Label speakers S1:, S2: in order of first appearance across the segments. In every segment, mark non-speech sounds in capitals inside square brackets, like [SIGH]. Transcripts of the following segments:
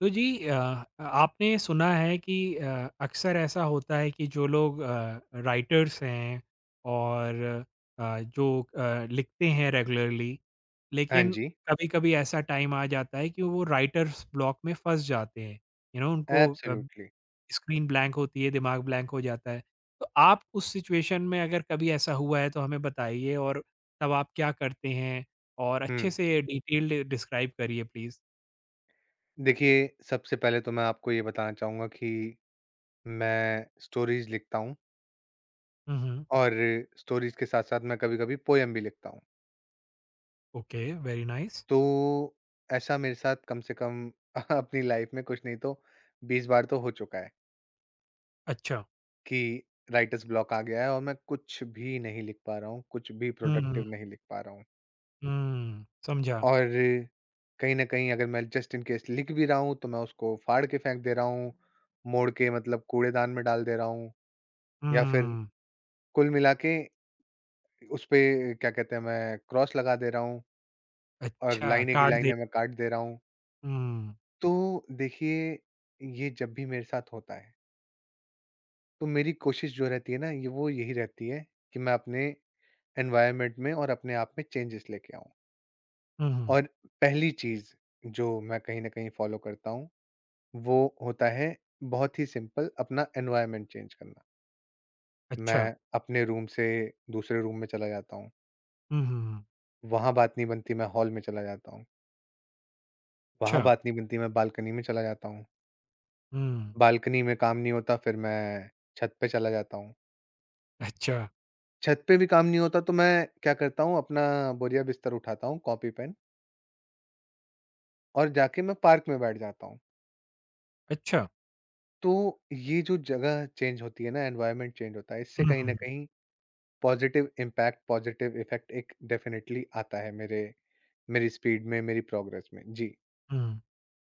S1: तो जी आपने सुना है कि अक्सर ऐसा होता है कि जो लोग राइटर्स हैं और जो लिखते हैं रेगुलरली
S2: हाँ
S1: लेकिन
S2: जी,
S1: कभी-कभी ऐसा टाइम आ जाता है कि वो राइटर्स ब्लॉक में फँस जाते हैं। यू नो उनको
S2: एब्सोल्युटली।
S1: स्क्रीन ब्लैंक होती है, दिमाग ब्लैंक हो जाता है। तो आप उस सिचुएशन में अगर कभी ऐसा हुआ है तो हमें बताइए और तब आप क्या करते हैं? और अच्छे
S2: हुँ,
S1: से डिटेल्ड डिस्क्राइब करिए प्लीज़।
S2: देखिए सबसे पहले तो मैं आपको ये बताना चाहूँगा कि मैं स्टोरीज़ लिखता हूँ
S1: हुँ, हुँ।
S2: और स्टोरीज़ के साथ-साथ मैं कभी-कभी पोएम भी लिखता हूँ।
S1: Okay, very nice.
S2: तो ऐसा मेरे साथ कम से कम [LAUGHS] अपनी लाइफ़ में कुछ नहीं तो 20 बार तो हो चुका है
S1: अच्छा।
S2: कि राइटर्स ब्लॉक आ गया है और मैं कुछ भी नहीं लिख पा रहा हूँ, कुछ भी
S1: हुँ,
S2: प्रोडक्टिव नहीं लिख पा रहा हूँ।
S1: हुँ, समझा।
S2: और कहीं न कहीं अगर मैं जस्ट इन केस लिख भी रहा हूँ, तो मैं उसको फाड़ के फेंक दे रहा हूँ, मोड़ के मतलब कूड़ेदान में डाल दे रहा हूँ या फिर
S1: हुँ,
S2: कुल मिला के उसपे क्या कहते हैं, मैं क्रॉस लगा दे रहा हूँ और
S1: अच्छा
S2: लाइनें की
S1: काट दे
S2: लाइनें मैं काट दे रहा हूँ।
S1: हुँ,
S2: तो देखिए, ये जब भी मेरे साथ होता है, तो मेरी कोशिश जो रहती है ना, ये वो यही रहती है कि मैं अपने एनवायरनमेंट में और अपने आप में चेंजेस लेके आऊँ।
S1: हुँ, हुँ,
S2: और पहली चीज़ जो मैं कहीं न कहीं फॉलो करता हूँ वो होता है बहुत ही सिंपल अपना एनवायरनमेंट चेंज करना।
S1: अच्छा।
S2: मैं अपने रूम से दूसरे रूम में चला जाता हूँ,
S1: हुँ, हुँ, हुँ,
S2: वहाँ बात नहीं बनती मैं हॉल में चला जाता हूँ, वहाँ
S1: अच्छा।
S2: बात नहीं बनती मैं बालकनी में चला जाता हूँ,
S1: हुँ,
S2: बालकनी में काम नहीं होता फिर मैं छत पे चला जाता हूँ,
S1: अच्छा,
S2: छत पे भी काम नहीं होता तो मैं क्या करता हूँ अपना बोरिया बिस्तर उठाता हूँ, कॉपी पेन और जाके मैं पार्क में बैठ जाता हूँ।
S1: अच्छा।
S2: तो ये जो जगह चेंज होती है ना एनवायरनमेंट चेंज होता है इससे
S1: हुँ, हुँ,
S2: कहीं न
S1: हुँ,
S2: कहीं पॉज़िटिव इम्पैक्ट, पॉज़िटिव इफ़ेक्ट एक डेफ़िनेटली आता है मेरे मेरी स्पीड में, मेरी प्रोग्रेस में। जी।
S1: हुँ।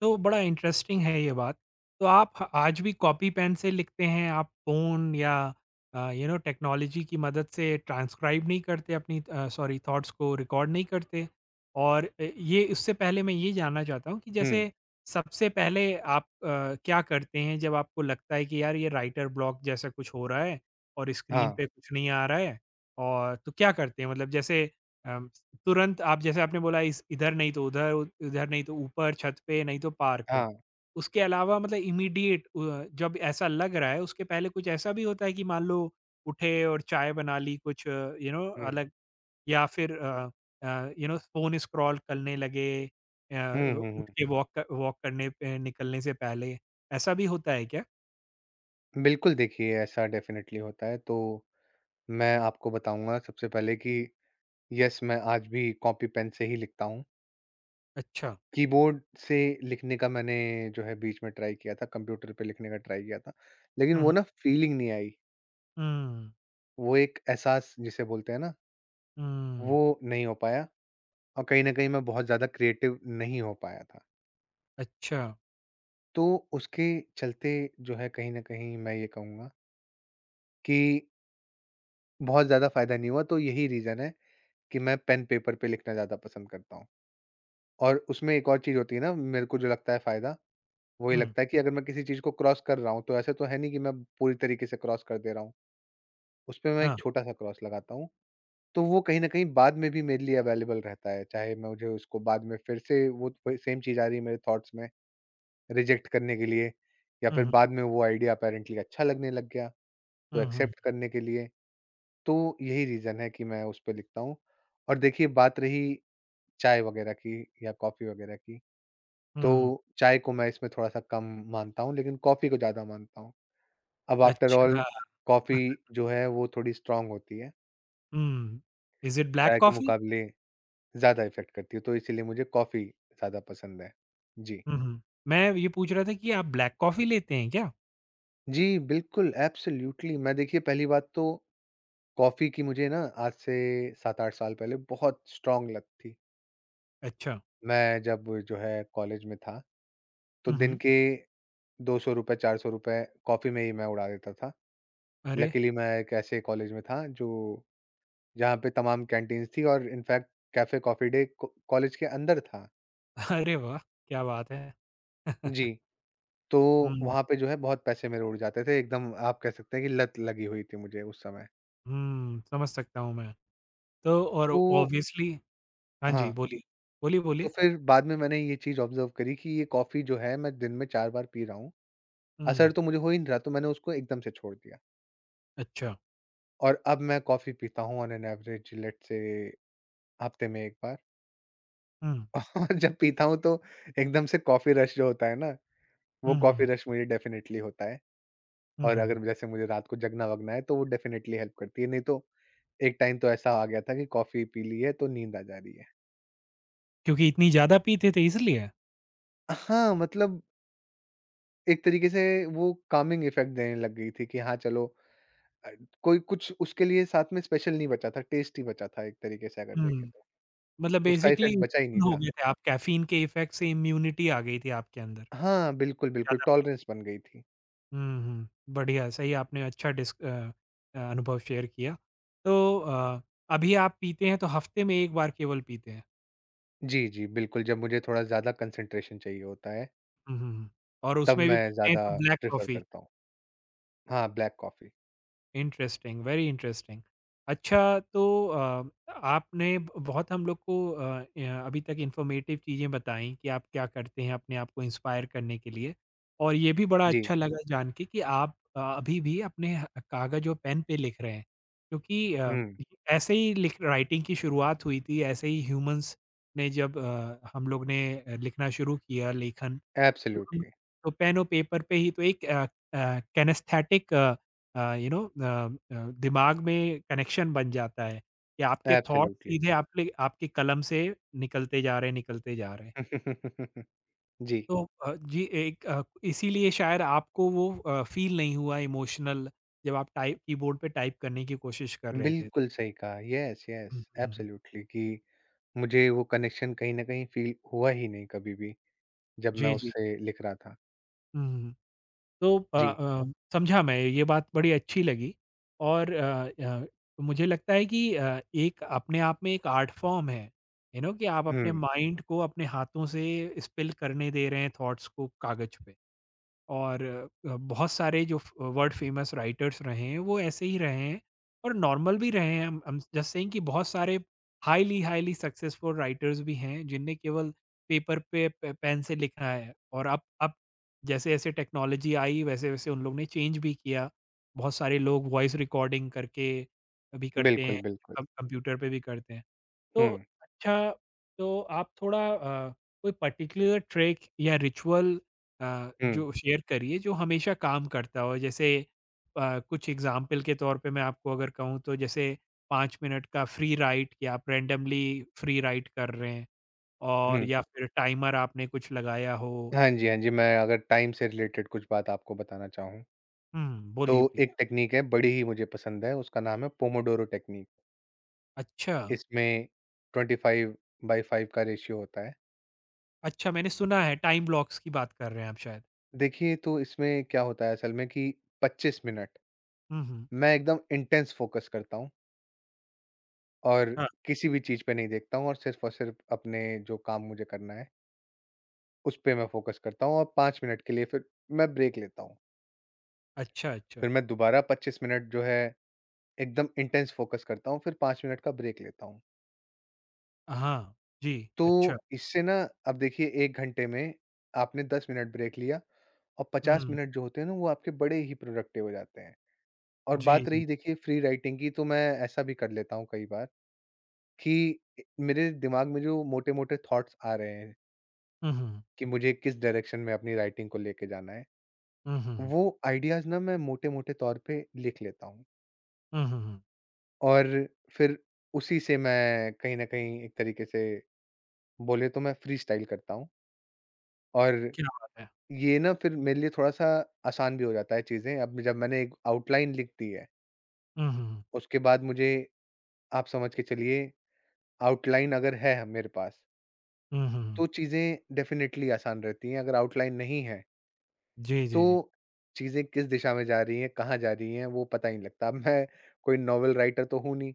S1: तो बड़ा इंटरेस्टिंग है ये बात। तो आप ह आज भी कॉपी पेन से लिखते हैं? आप फ़ोन या यू नो टेक्नोलॉजी की मदद से ट्रांसक्राइब नहीं करते अपनी सॉरी थॉट्स को रिकॉर्ड नहीं करते? और ये उससे पहले मैं ये जानना चाहता हूँ कि
S2: हुँ।
S1: जैसे सबसे पहले आप क्या करते हैं जब आपको लगता है कि यार ये राइटर ब्लॉक जैसा कुछ हो रहा है और स्क्रीन
S2: हाँ,
S1: पे कुछ नहीं आ रहा है? और तो क्या करते हैं? मतलब जैसे अम तुरंत आप जैसे आपने बोला इस इधर नहीं तो उधर, उ इधर नहीं तो ऊपर छत पे, नहीं तो पार्क पे।
S2: हाँ।
S1: उसके अलावा मतलब इमीडिएट जब ऐसा लग रहा है उसके पहले कुछ ऐसा भी होता है कि मान लो उठे और चाय बना ली कुछ यू नो
S2: हुँ।
S1: अलग या फिर यू नो फ़ोन स्क्रॉल करने लगे
S2: हुँ, हुँ, हुँ।
S1: उठ के वॉक करने पे निकलने से पहले, ऐसा भी होता है क्या?
S2: बिल्कुल देखिए, ऐसा डेफ़िनेटली होता है। तो मैं आपको बताऊँगा सबसे पहले कि येस, मैं आज भी कॉपी पेन से ही लिखता हूँ।
S1: अच्छा।
S2: कीबोर्ड से लिखने का मैंने जो है बीच में ट्राई किया था, कंप्यूटर पे लिखने का ट्राई किया था। लेकिन
S1: हुँ,
S2: वो
S1: हुँ।
S2: ना फ़ीलिंग नहीं आई,
S1: हुँ,
S2: वो एक एहसास जिसे बोलते हैं ना,
S1: हुँ।
S2: वो नहीं हो पाया और कहीं न कहीं मैं बहुत ज़्यादा क्रिएटिव नहीं हो पाया था।
S1: अच्छा।
S2: तो उसके चलते जो है कहीं न कहीं मैं ये कहूँगा कि बहुत ज़्यादा फ़ायदा नहीं हुआ, तो यही रीज़न है कि मैं पेन पेपर पे लिखना ज़्यादा पसंद करता हूँ। और उसमें एक और चीज़ होती है ना, मेरे को जो लगता है फ़ायदा, वो ये
S1: हुँ,
S2: लगता है कि अगर मैं किसी चीज़ को क्रॉस कर रहा हूँ, तो ऐसा तो है नहीं कि मैं पूरी तरीके से क्रॉस कर दे रहा हूँ। उसपे मैं एक
S1: हाँ।
S2: छोटा-सा क्रॉस लगाता हूँ, तो वो कहीं न कहीं बाद में भी मेरे लिए अवेलेबल रहता है, चाहे मैं मुझे उसको बाद में फिर से वो वही सेम चीज़ आ रही है मेरे थॉट्स में, रिजेक्ट करने के लिए या
S1: हुँ,
S2: फिर
S1: हुँ।
S2: बाद में वो आइडिया अपैरेंटली अच्छा लगने लग गया, तो
S1: हुँ, हुँ।
S2: एक्सेप्ट करने के लिए। तो यही रीज़न है कि मैं उस पे लिखता हूँ। और देखिए बात रही चाय वग़ैरह की या कॉफ़ी वग़ैरह की,
S1: हुँ।
S2: तो चाय को मैं इसमें थोड़ा-सा कम मानता हूँ, लेकिन कॉफ़ी को ज़्यादा मानता हूँ। अब आफ्टर ऑल
S1: अच्छा।
S2: कॉफ़ी जो है वो थोड़ी स्ट्रॉन्ग होती है,
S1: हुँ। इज़ इट ब्लैक
S2: चाय के
S1: कॉफ़ी?
S2: मुकाबले ज़्यादा इफ़ेक्ट करती है, तो इसीलिए मुझे कॉफ़ी ज़्यादा पसंद है। जी।
S1: हुँ, हुँ। मैं ये पूछ रहा था कि आप ब्लैक कॉफ़ी लेते हैं क्या?
S2: जी, बिल्कुल, एब्सोल्यूटली। मैं देखिए पहली बात तो कॉफ़ी की मुझे ना आज से 7-8 साल पहले बहुत स्ट्रॉन्ग लत थी।
S1: अच्छा।
S2: मैं जब जो है कॉलेज में था तो
S1: हुँ,
S2: दिन
S1: हुँ।
S2: के ₹200 ₹400 कॉफ़ी में ही मैं उड़ा देता था।
S1: अरे!
S2: लकीली मैं एक ऐसे कॉलेज में था जो जहाँ पे तमाम कैंटीन्स थी और इनफैक्ट कैफ़े कॉफ़ी डे को कॉलेज के अंदर था।
S1: [LAUGHS] अरे वाह! क्या बात है। [LAUGHS]
S2: जी, तो
S1: हुँ,
S2: वहाँ पे जो है बहुत पैसे मेरे उड़ जाते थे एकदम आप कह सकते हैं कि लत लगी हुई थी मुझे उस समय।
S1: हुँ, समझ सकता हूँ मैं। तो और
S2: तो
S1: ऑब्वियसली हाँ जी,
S2: हाँ,
S1: बोलिए। बोलिए,
S2: तो
S1: बोलिए।
S2: फिर बाद में मैंने ये चीज़ ऑब्ज़र्व करी कि ये कॉफ़ी जो है मैं दिन में 4 बार पी रहा हूँ, असर
S1: हुँ,
S2: तो मुझे हो ही नहीं रहा तो मैंने उसको एकदम से छोड़ दिया।
S1: अच्छा।
S2: और अब मैं कॉफ़ी पीता हूँ on an average let's say हफ़्ते में 1 बार।
S1: हुँ,
S2: और जब पीता हूँ तो एकदम से कॉफ़ी रश जो होता है ना, वो
S1: हुँ, हुँ,
S2: कॉफ़ी
S1: हुँ,
S2: रश मुझे डेफ़िनेटली होता है।
S1: हुँ,
S2: और
S1: हुँ।
S2: अगर जैसे मुझे रात को जगना-वगना है तो वो डेफ़िनेटली हेल्प करती है, नहीं तो एक टाइम तो ऐसा आ गया था कि कॉफ़ी पी ली है तो नींद आ जा रही है।
S1: क्योंकि इतनी ज़्यादा पीते थे इसलिए?
S2: हाँ, मतलब एक तरीके से वो कामिंग इफ़ेक्ट देने लग गई थी कि हाँ चलो अ, कोई कुछ उसके लिए साथ में स्पेशल नहीं बचा था, टेस्ट ही बचा था एक तरीके से अगर देखें
S1: हुँ,
S2: तो।
S1: मतलब
S2: उसका
S1: बेसिकली
S2: इफ़ेक्ट बचा ही नहीं
S1: हो
S2: था।
S1: गए थे आप कैफ़ीन के इफ़ेक्ट से इम्यूनिटी आ गई थी आपके अंदर,
S2: हाँ, बिल्कुल, बिल्कुल
S1: ज़्यादा पीने
S2: टॉलरेंस बन गई थी।
S1: हुँ, हुँ। बढ़िया, सही आपने अच्छा डिस अनुभव शेयर किया। तो अभी आप पीते हैं तो हफ्ते में 1 बार केवल पीते हैं।
S2: जी, जी, बिल्कुल जब मुझे थोड़ा ज़्यादा कंसंट्रेशन चाहिए होता है।
S1: हुँ, हुँ, हुँ। और
S2: तब
S1: उसमें भी
S2: मैं
S1: पीते हैं
S2: ज़्यादा
S1: तो ब्लैक
S2: प्रेफ़र
S1: कॉफ़ी।
S2: करता हूँ। हाँ, black coffee.
S1: Interesting, very interesting. अच्छा तो आपने ब बहुत हम लोग को य अभी तक इन्फॉर्मेटिव चीज़ें बताई कि आप क्या करते हैं अपने आप को इंस्पायर करने के लिए और ये भी बड़ा
S2: जी।
S1: अच्छा लगा जान के कि आप अभी भी अपने ह कागज़ और पेन पे लिख रहे हैं। क्योंकि
S2: हुँ,
S1: ऐसे ही लिख राइटिंग की शुरुआत हुई थी, ऐसे ही ह्यूमन्स ने जब हम लोग ने लिखना शुरू किया लेखन तो हम
S2: एब्सोल्यूटली,
S1: तो पेन और पेपर पे ही तो एक किनेस्थेटिक यू नो दिमाग में कनेक्शन बन जाता है कि आपके थॉट्स
S2: एब्सोल्यूटली।
S1: सीधे आपके आपके कलम से निकलते जा रहे हैं, निकलते जा रहे हैं।
S2: [LAUGHS] जी,
S1: तो जी एक इसीलिए शायद आपको वो फ़ील नहीं हुआ इमोशनल जब आप टाइप कीबोर्ड पे टाइप करने की कोशिश कर रहे थे।
S2: बिल्कुल सही कहा। येस, येस,
S1: हुँ, हुँ, हुँ, हुँ।
S2: एब्सोल्यूटली कि मुझे वो कनेक्शन कहीं न कहीं फ़ील हुआ ही नहीं कभी भी, जब मैं
S1: जी, जी।
S2: उससे लिख रहा था।
S1: हुँ, हुँ, हुँ। तो
S2: जी।
S1: समझा मैं, ये बात बड़ी अच्छी लगी और मुझे लगता है कि एक अपने आप में एक आर्ट फॉर्म है, यू नो कि आप अपने
S2: हुँ,
S1: माइंड को अपने हाथों से स्पिल करने दे रहे हैं थॉट्स को कागज़ पे। और बहुत सारे जो फ वर्ल्ड फेमस राइटर्स रहे हैं, वो ऐसे ही रहे हैं और नॉर्मल भी रहे हैं। हम जस्ट सेइंग कि बहुत सारे हाइली, हाइली सक्सेसफुल राइटर्स भी हैं, जिनने केवल पेपर पे पे पेन से लिखा है और अब जैसे-जैसे टेक्नोलॉजी आई, वैसे-वैसे उन लोग ने चेंज भी किया। बहुत सारे लोग वॉइस रिकॉर्डिंग करके भी करते हैं,
S2: बिल्कुल, बिल्कुल।
S1: कम कंप्यूटर पे भी करते हैं। तो
S2: हुँ,
S1: अच्छा, तो आप थोड़ा कोई पर्टिकुलर ट्रिक या रिचुअल
S2: हुँ,
S1: जो शेयर करिए जो हमेशा काम करता हो। जैसे कुछ एग्ज़ाम्पल के तौर पे मैं आपको अगर कहूँ तो जैसे 5 मिनट का फ्री राइट कि आप रैंडमली फ्री राइट कर रहे हैं और
S2: हुँ।
S1: या फिर टाइमर आपने कुछ लगाया हो।
S2: हाँ जी, हाँ जी, मैं अगर टाइम से रिलेटेड कुछ बात आपको बताना चाहूँ,
S1: हुँ,
S2: तो
S1: बोलिए प्लीज़।
S2: एक टेक्नीक है, बड़ी ही मुझे पसंद है, उसका नाम है पोमोडोरो टेक्नीक।
S1: अच्छा,
S2: इसमें 25/5 का रेशियो होता है।
S1: अच्छा मैंने सुना है टाइम ब्लॉक्स की बात कर रहे हैं आप शायद।
S2: देखिए, तो इसमें क्या होता है असल में कि 25 मिनट
S1: हुँ, हुँ।
S2: मैं एकदम इंटेंस फ़ोकस करता हूँ और
S1: हाँ,
S2: किसी भी चीज़ पे नहीं देखता हूँ और सिर्फ़ अपने जो काम मुझे करना है, उस पे मैं फ़ोकस करता हूँ और 5 मिनट के लिए फिर मैं ब्रेक लेता हूँ।
S1: अच्छा, अच्छा।
S2: फिर मैं दोबारा 25 मिनट जो है, एकदम इंटेंस फ़ोकस करता हूँ, फिर 5 मिनट का ब्रेक लेता हूँ।
S1: हाँ, जी,
S2: तो
S1: अच्छा।
S2: इससे ना अब देखिए 1 घंटे में आपने 10 मिनट ब्रेक लिया और 50
S1: हुँ,
S2: मिनट जो होते हैं ना, वो आपके बड़े ही प्रोडक्टिव हो जाते हैं। और
S1: जी,
S2: बात
S1: जी।
S2: रही देखिए फ्री राइटिंग की तो मैं ऐसा भी कर लेता हूँ कई बार कि ए- मेरे दिमाग में जो मोटे मोटे थॉट्स आ रहे हैं
S1: उहुँ,
S2: कि मुझे किस डायरेक्शन में अपनी राइटिंग को लेके जाना है
S1: उहुँ,
S2: वो आइडियाज ना मैं मोटे मोटे तौर पे लिख लेता हूँ
S1: उहुँ,
S2: और फिर उसी से मैं कहीं ना कहीं एक तरीके से बोले तो मैं फ्री स्टाइल करता हूँ और
S1: क्या बात है!
S2: ये ना फिर मेरे लिए थोड़ा सा आसान भी हो जाता है चीजें अब जब मैंने एक आउटलाइन लिख दी है
S1: उहुँ,
S2: उसके बाद मुझे आप समझ के चलिए आउटलाइन अगर है मेरे पास
S1: उहुँ,
S2: तो चीज़ें डेफ़िनेटली आसान रहती हैं। अगर आउटलाइन नहीं है,
S1: जी, जी, जी।
S2: तो चीज़ें किस दिशा में जा रही हैं, कहाँ जा रही हैं, वो पता ही नहीं लगता। अब मैं कोई नॉवल राइटर तो हूँ नहीं,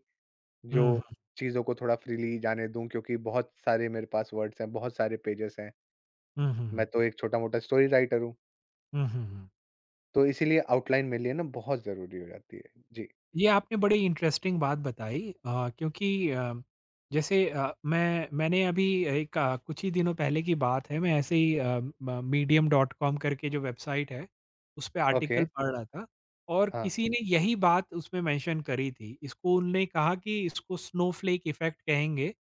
S1: उहुँ,
S2: जो चीज़ों को थोड़ा फ्रीली जाने दूँ क्योंकि बहुत सारे मेरे पास वर्ड्स हैं, बहुत सारे पेजेस हैं। मैं
S1: उहुँ,
S2: तो एक छोटा-मोटा स्टोरी राइटर हूँ,
S1: उहुँ।
S2: तो इसीलिए आउटलाइन मेरे लिए ना बहुत ज़रूरी हो जाती है। जी।
S1: ये आपने बड़ी इंटरेस्टिंग बात बताई क्योंकि जैसे मैंने अभी एक कुछ ही दिनों पहले की बात है, मैं ऐसे ही म मीडियम डॉट कॉम करके जो वेबसाइट है, उस पे
S2: ओके।
S1: आर्टिकल पढ़ रहा था और
S2: हाँ।
S1: किसी ने यही बात उसमें मेंशन करी थी। इसको उनने कहा कि इसको स्नोफ्लेक इफ़ेक्ट कहेंगे।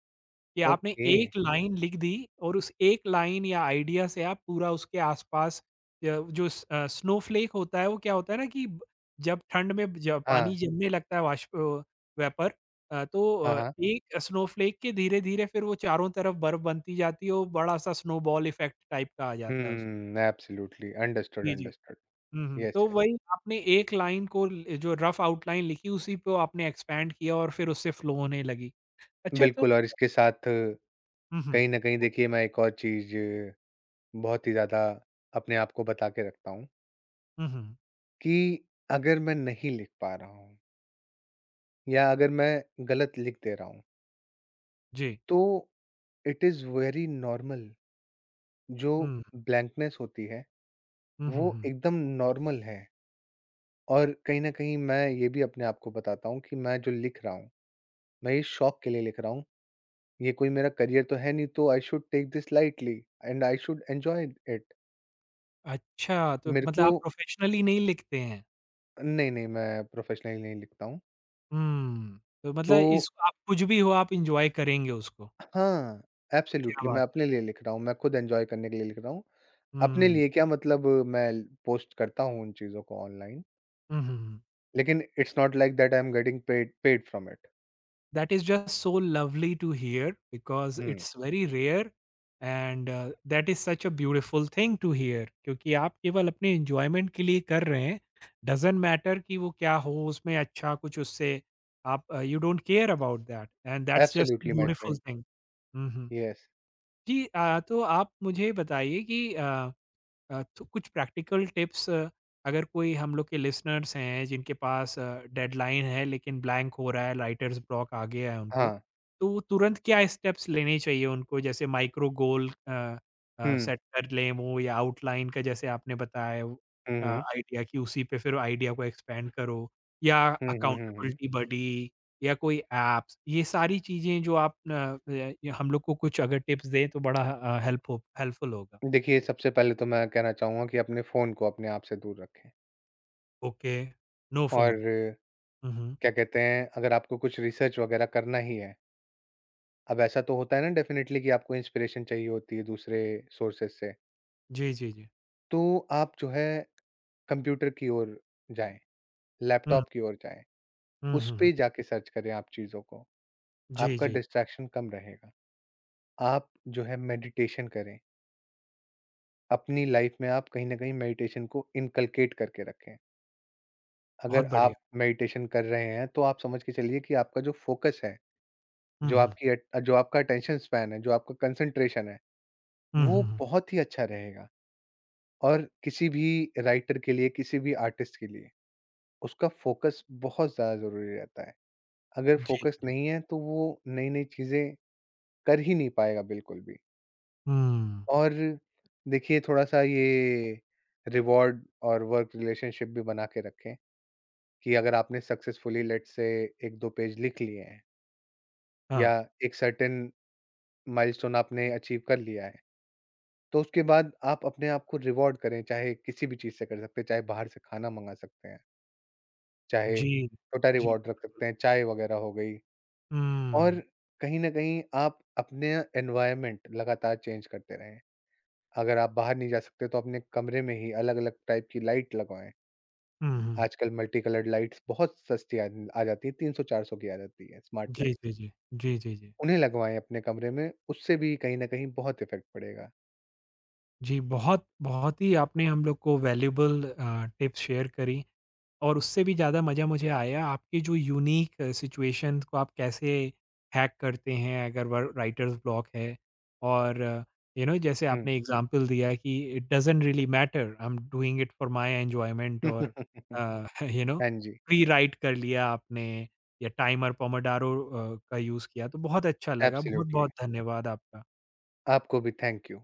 S1: कि आपने
S2: ओके।
S1: एक लाइन लिख दी और उस एक लाइन या आइडिया से आप पूरा उसके आसपास जो स्नोफ्लेक होता है वो क्या होता है ना कि जब ठंड में जब पानी
S2: हाँ।
S1: जमने लगता है वाष्प वेपर तो
S2: हाँ, हाँ।
S1: एक स्नोफ्लेक के धीरे धीरे फिर वो चारों तरफ बर्फ बनती जाती है और बड़ा सा स्नोबॉल इफेक्ट टाइप का आ जाता है उस
S2: हुँ, एब्सोल्युटली। अंडरस्टूड,
S1: जी जी
S2: अंडरस्टूड। येस,
S1: तो
S2: येस।
S1: वही आपने एक लाइन को जो रफ आउटलाइन लिखी उसी पे आपने एक्सपैंड किया और फिर उससे फ्लो होने लगी अच्छा तो
S2: बिल्कुल और इसके साथ कहीं
S1: हम्म हम्म
S2: न कहीं देखिए मैं एक और चीज़ बहुत ही ज़्यादा अपने आप को बता के रखता हूँ
S1: हम्म हम्म,
S2: कि अगर मैं नहीं लिख पा रहा हूँ या अगर मैं गलत लिख दे रहा हूँ,
S1: जी
S2: तो इट इज़ वेरी नॉर्मल जो
S1: हम्म
S2: ब्लैंकनेस होती है,
S1: हुँ, हुँ,
S2: वो
S1: हुँ।
S2: एकदम नॉर्मल है और कहीं न कहीं मैं ये भी अपने आप को बताता हूँ कि मैं जो लिख रहा हूँ, मैं ये शौक के लिए लिख रहा हूँ, ये कोई मेरा करियर तो है नहीं तो I should take this lightly and I should enjoy it.
S1: अच्छा, तो
S2: मेरे
S1: मतलब हुँ।
S2: को
S1: आप प्रोफ़ेशनली नहीं लिखते हैं।
S2: नहीं, नहीं मैं प्रोफ़ेशनली नहीं लिखता हूँ।
S1: हुँ, तो
S2: तो
S1: मतलब इसको आप कुछ भी हो, आप एन्जॉय करेंगे उसको।
S2: हाँ,
S1: क्या
S2: एब्सोल्यूटली
S1: बात
S2: मैं
S1: है!
S2: अपने लिए लिख रहा हूँ, मैं खुद एन्जॉय करने के लिए लिख रहा हूँ। अपने
S1: हुँ।
S2: लिए क्या मतलब मैं ल पोस्ट करता हूँ उन चीज़ों को ऑनलाइन,
S1: हुँ, हुँ, हुँ।
S2: लेकिन it's not like that I am getting paid paid from it.
S1: That is just so lovely to hear because
S2: hmm,
S1: it's very rare and that is such a beautiful thing to hear क्योंकि आप केवल अपने enjoyment के लिए कर रहे हैं। Doesn't matter कि वो क्या हो, उसमें अच्छा कुछ उससे आप you don't care about that and that's just a
S2: absolutely my
S1: beautiful
S2: friend,
S1: thing. Hmm, hmm.
S2: Yes.
S1: जी तो आप मुझे बताइए कि तो कुछ प्रैक्टिकल टिप्स अगर कोई हम लोग के लिसनर्स हैं जिनके पास डेडलाइन है लेकिन ब्लैंक हो रहा है राइटर्स ब्लॉक आ गया है उनको
S2: हाँ,
S1: तो वो तुरंत क्या स्टेप्स लेने चाहिए उनको जैसे माइक्रो गोल
S2: हुँ,
S1: सेट कर लें वो या आउटलाइन का जैसे आपने बताया
S2: हुँ, हुँ।
S1: आइडिया की उसी पे फिर आइडिया को एक्सपेंड करो या
S2: हुँ, हुँ, हुँ, हुँ।
S1: अकाउंटेबिलिटी बडी या कोई एप्स ये सारी चीजें जो आप ये हम लोग को कुछ अगर टिप्स दें तो बड़ा हेल्पफुल होगा
S2: देखिए, सबसे पहले तो मैं कहना चाहूँगा कि अपने फ़ोन को अपने आप से दूर रखें
S1: ओके, नो फ़ोन।
S2: और
S1: हुँ, हुँ।
S2: क्या कहते हैं, अगर आपको कुछ रिसर्च वगैरह करना ही है, अब ऐसा तो होता है ना डेफ़िनेटली कि आपको इंस्पिरेशन चाहिए होती है दूसरे सोर्सेज़ से।
S1: जी, जी, जी।
S2: तो आप जो है कंप्यूटर की ओर जाएँ,
S1: हुँ,
S2: लैपटॉप की ओर जाएँ,
S1: हुँ,
S2: उस
S1: हुँ, हुँ।
S2: पे जाके सर्च करें आप चीज़ों को,
S1: जी,
S2: आपका
S1: जी।
S2: डिस्ट्रैक्शन कम रहेगा। आप जो है मेडिटेशन करें, अपनी लाइफ में आप कहीं न कहीं मेडिटेशन को इनकल्केट करके रखें।
S1: बहुत
S2: अगर
S1: बढ़िया।
S2: आप मेडिटेशन कर रहे हैं, तो आप समझ के चलिए कि आपका जो फ़ोकस है,
S1: हुँ,
S2: जो
S1: हुँ।
S2: आपकी अट जो आपका अटेंशन स्पैन है, जो आपका कंसंट्रेशन है,
S1: हुँ, हुँ,
S2: वो
S1: हुँ।
S2: बहुत ही अच्छा रहेगा। और किसी भी राइटर के लिए, किसी भी आर्टिस्ट के लिए, उसका फ़ोकस बहुत ज़्यादा ज़रूरी रहता है। अगर
S1: जी।
S2: फ़ोकस नहीं है तो वो नई-नई चीज़ें कर ही नहीं पाएगा बिल्कुल भी।
S1: हुँ,
S2: और देखिए थोड़ा-सा ये रिवॉर्ड और वर्क रिलेशनशिप भी बना के रखें कि अगर आपने सक्सेसफुली लेट्स से 1-2 पेज लिख लिए हैं
S1: हाँ।
S2: या एक सर्टेन माइलस्टोन आपने अचीव कर लिया है, तो उसके बाद आप अपने आप को रिवॉर्ड करें, चाहे किसी भी चीज़ से कर सकते हैं, चाहे बाहर से खाना मँगा सकते हैं, चाहे
S1: जी,
S2: छोटा
S1: जी।
S2: रिवॉर्ड रख सकते हैं, चाय वग़ैरह हो गई। और
S1: हुँ।
S2: कहीं न कहीं आप अपने एनवायरनमेंट लगातार चेंज करते रहें। अगर आप बाहर नहीं जा सकते तो अपने कमरे में ही अलग-अलग टाइप की लाइट लगवाएँ।
S1: हुँ, हुँ।
S2: आजकल मल्टी कलर्ड लाइट्स बहुत सस्ती आ आ जाती है, 300-400 की आ जाती है स्मार्ट
S1: जी,
S2: लाइट्स।
S1: जी, जी। जी, जी, जी।
S2: उन्हें लगवाएँ अपने कमरे में, उससे भी कहीं न कहीं बहुत इफ़ेक्ट पड़ेगा।
S1: जी, बहुत, बहुत ही आपने हम लोग को वैल्यूएबल टिप्स शेयर करी। और उससे भी ज़्यादा मज़ा मुझे आया आपके जो यूनीक सिचुएशन को आप कैसे हैक करते हैं अगर वर राइटर्स ब्लॉक है और यू नो जैसे
S2: हुँ।
S1: आपने हुँ। एग्जांपल दिया कि it doesn't really matter I am doing it for my enjoyment और
S2: [LAUGHS]
S1: अ, [LAUGHS] यू नो
S2: हाँ जी,
S1: प्री-राइट [LAUGHS] कर लिया आपने या टाइमर पोमोडारो का यूज़ किया तो बहुत अच्छा लगा।
S2: एब्सोल्युटली।
S1: बहुत-बहुत धन्यवाद आपका।
S2: आपको भी थैंक यू।